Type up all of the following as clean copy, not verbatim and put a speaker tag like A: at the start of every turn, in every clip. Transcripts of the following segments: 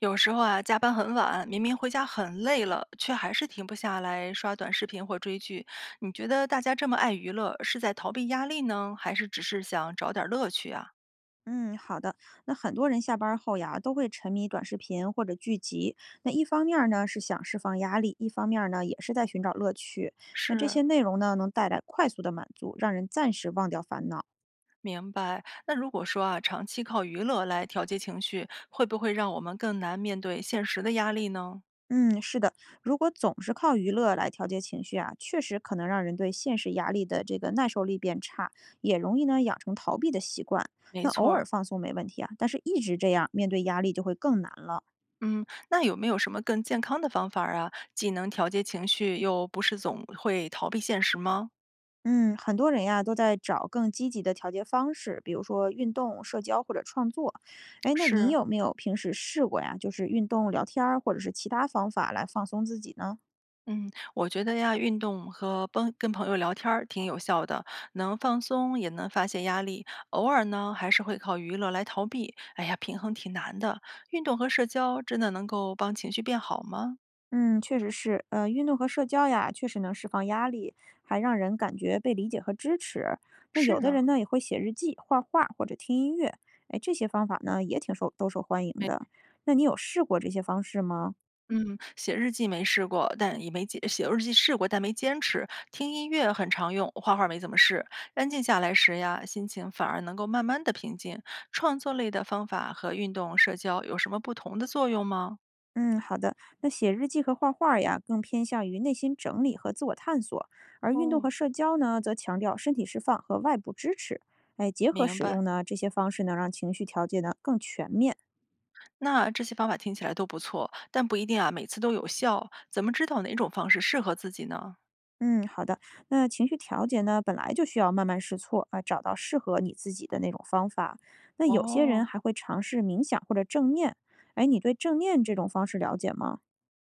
A: 有时候啊，加班很晚，明明回家很累了，却还是停不下来刷短视频或追剧。你觉得大家这么爱娱乐，是在逃避压力呢，还是只是想找点儿乐趣啊？
B: 嗯，好的。那很多人下班儿后呀，都会沉迷短视频或者剧集。那一方面儿呢是想释放压力，一方面儿呢也是在寻找乐趣。那这
A: 是，
B: 些内容呢，能带来快速的满足，让人暂时忘掉烦恼。
A: 明白。那如果说啊，长期靠娱乐来调节情绪，会不会让我们更难面对现实的压力呢？
B: 嗯，是的，如果总是靠娱乐来调节情绪啊，确实可能让人对现实压力的这个耐受力变差，也容易呢养成逃避的习惯。
A: 没
B: 那
A: 错
B: 偶尔
A: 儿。
B: 放松没问题啊，但是一直这样，面对压力就会更难了。
A: 嗯，那有没有什么更健康的方法儿啊？既能调节情绪，又不是总会逃避现实吗？
B: 嗯，很多人呀都在找更积极的调节方式，比如说运动、社交或者创作。哎，那你
A: 是。
B: 有没有平时试过呀？就是运动、聊天儿，或者是其他方法来放松自己呢？
A: 嗯，我觉得呀，运动和帮跟朋友聊天儿挺有效的，能放松，也能发泄压力。偶尔呢，还是会靠娱乐来逃避。哎呀，平衡挺难的。运动和社交真的能够帮情绪变好吗？
B: 嗯，确实是，运动和社交呀，确实能释放压力，还让人感觉被理解和支持。那
A: 是
B: 有的
A: 呢，
B: 人呢也会写日记、画画或者听音乐，哎，这些方法呢也挺受都受欢迎
A: 没，
B: 的。那你有试过这些方式吗？
A: 嗯，写日记没试过，但也没坚，写日记试过，但没坚持。听音乐很常用，画画没怎么试。安静下来时呀，心情反而能够慢慢的平静。创作类的方法和运动、社交有什么不同的作用吗？
B: 嗯，好的。那写日记和画画儿呀，更偏向于内心整理和自我探索，而运动
A: 哦，
B: 和社交呢，则强调身体释放和外部支持。哎，结合
A: 明
B: 使
A: 白。
B: 用呢，这些方式能让情绪调节呢更全面。
A: 那这些方法听起来都不错，但不一定啊，每次都有效。怎么知道哪种方式适合自己呢？
B: 嗯，好的。那情绪调节呢，本来就需要慢慢试错啊，找到适合你自己的那种方法。那有些人
A: 哦，
B: 还会尝试冥想或者正念。哎，你对正念这种方式了解吗？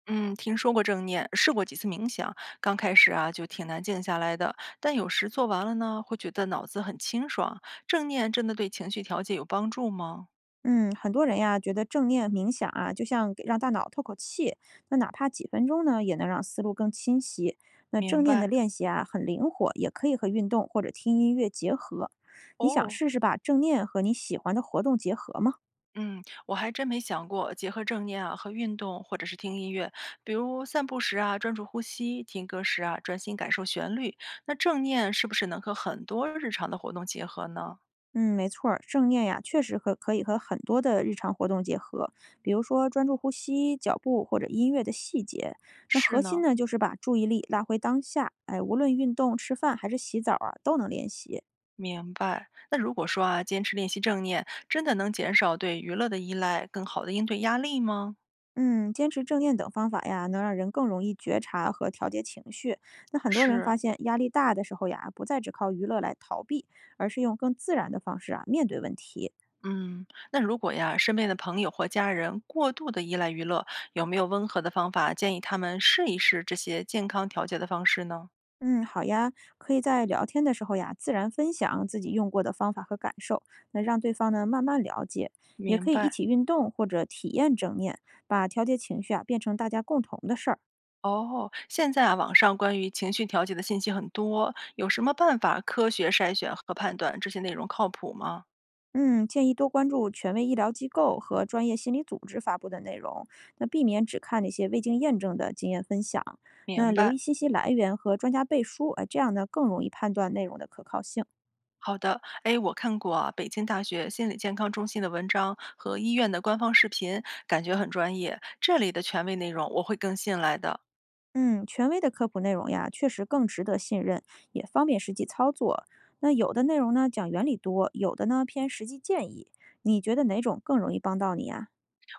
A: 嗯，听说过正念，试过几次冥想，刚开始啊就挺难静下来的，但有时做完了呢，会觉得脑子很清爽。正念真的对情绪调节有帮助吗？
B: 嗯，很多人呀觉得正念冥想啊，就像让大脑透口气，那哪怕几分钟呢，也能让思路更清晰。那
A: 明
B: 正念的
A: 白。
B: 练习啊，很灵活，也可以和运动或者听音乐结合。你想
A: 哦，
B: 试试把正念和你喜欢的活动结合吗？
A: 嗯，我还真没想过结合正念啊和运动，或者是听音乐，比如散步时啊专注呼吸，听歌时啊专心感受旋律。那正念是不是能和很多日常的活动结合呢？
B: 嗯，没错儿，正念呀，确实可以和很多的日常活动结合，比如说专注呼吸、脚步或者音乐的细节。那
A: 是
B: 核心
A: 呢，
B: 呢，就是把注意力拉回当下，哎，无论运动、吃饭还是洗澡啊，都能练习。
A: 明白。那如果说啊坚持练习正念，真的能减少对娱乐的依赖，更好的应对压力吗？
B: 嗯，坚持正念等方法呀，能让人更容易觉察和调节情绪。那很多人
A: 是。
B: 发现压力大的时候呀，不再只靠娱乐来逃避，而是用更自然的方式啊面对问题。
A: 嗯，那如果呀，身边的朋友或家人过度的依赖娱乐，有没有温和的方法建议他们试一试这些健康调节的方式呢？
B: 嗯，好呀，可以在聊天的时候呀，自然分享自己用过的方法和感受，那让对方呢慢慢了解。也
A: 明
B: 可以一
A: 白。
B: 起运动或者体验正念，把调节情绪啊变成大家共同的事儿。
A: 哦，现在啊，网上关于情绪调节的信息很多，有什么办法科学筛选和判断这些内容靠谱吗？
B: 嗯，建议多关注权威医疗机构和专业心理组织发布的内容，那避免只看那些未经验证的经验分享。那
A: 明
B: 留意
A: 白，
B: 信息来源和专家背书，哎，这样呢更容易判断内容的可靠性。
A: 好的。哎，我看过啊，北京大学心理健康中心的文章和医院的官方视频，感觉很专业。这里的权威内容我会更信赖的。
B: 嗯，权威的科普内容呀，确实更值得信任，也方便实际操作。那有的内容呢讲原理多，有的呢偏实际建议。你觉得哪种更容易帮到你呀？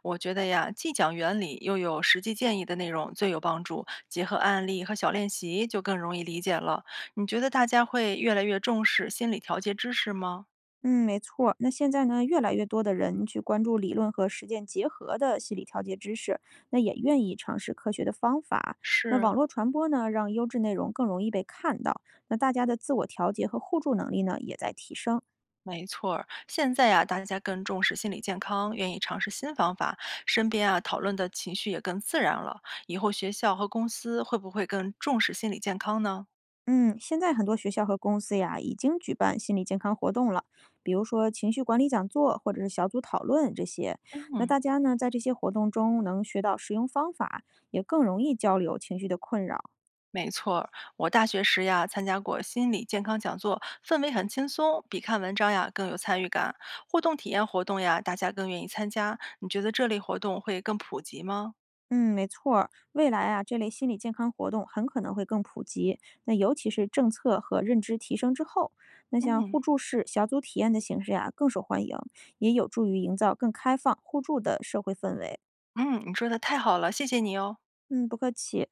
A: 我觉得呀，既讲原理又有实际建议的内容最有帮助，结合案例和小练习就更容易理解了。你觉得大家会越来越重视心理调节知识吗？
B: 嗯，没错。那现在呢，越来越多的人去关注理论和实践结合的心理调节知识，那也愿意尝试科学的方法。那
A: 是，
B: 网络传播呢，让优质内容更容易被看到。那大家的自我调节和互助能力呢，也在提升。
A: 没错儿，现在呀，大家更重视心理健康，愿意尝试新方法，身边啊讨论的情绪也更自然了。以后学校和公司会不会更重视心理健康呢？
B: 嗯，现在很多学校和公司呀，已经举办心理健康活动了，比如说情绪管理讲座或者是小组讨论这些。那
A: 嗯，
B: 大家呢，在这些活动中能学到实用方法，也更容易交流情绪的困扰。
A: 没错儿，我大学时呀参加过心理健康讲座，氛围很轻松，比看文章呀更有参与感。互动体验活动呀，大家更愿意参加。你觉得这类活动会更普及吗？
B: 嗯，没错儿未来啊，这类心理健康活动很可能会更普及。那尤其是政策和认知提升之后，那像
A: 嗯
B: 互助式小组体验的形式呀、更受欢迎，也有助于营造更开放、互助的社会氛围。
A: 嗯，你说的太好了，谢谢你哦。
B: 嗯，不客气。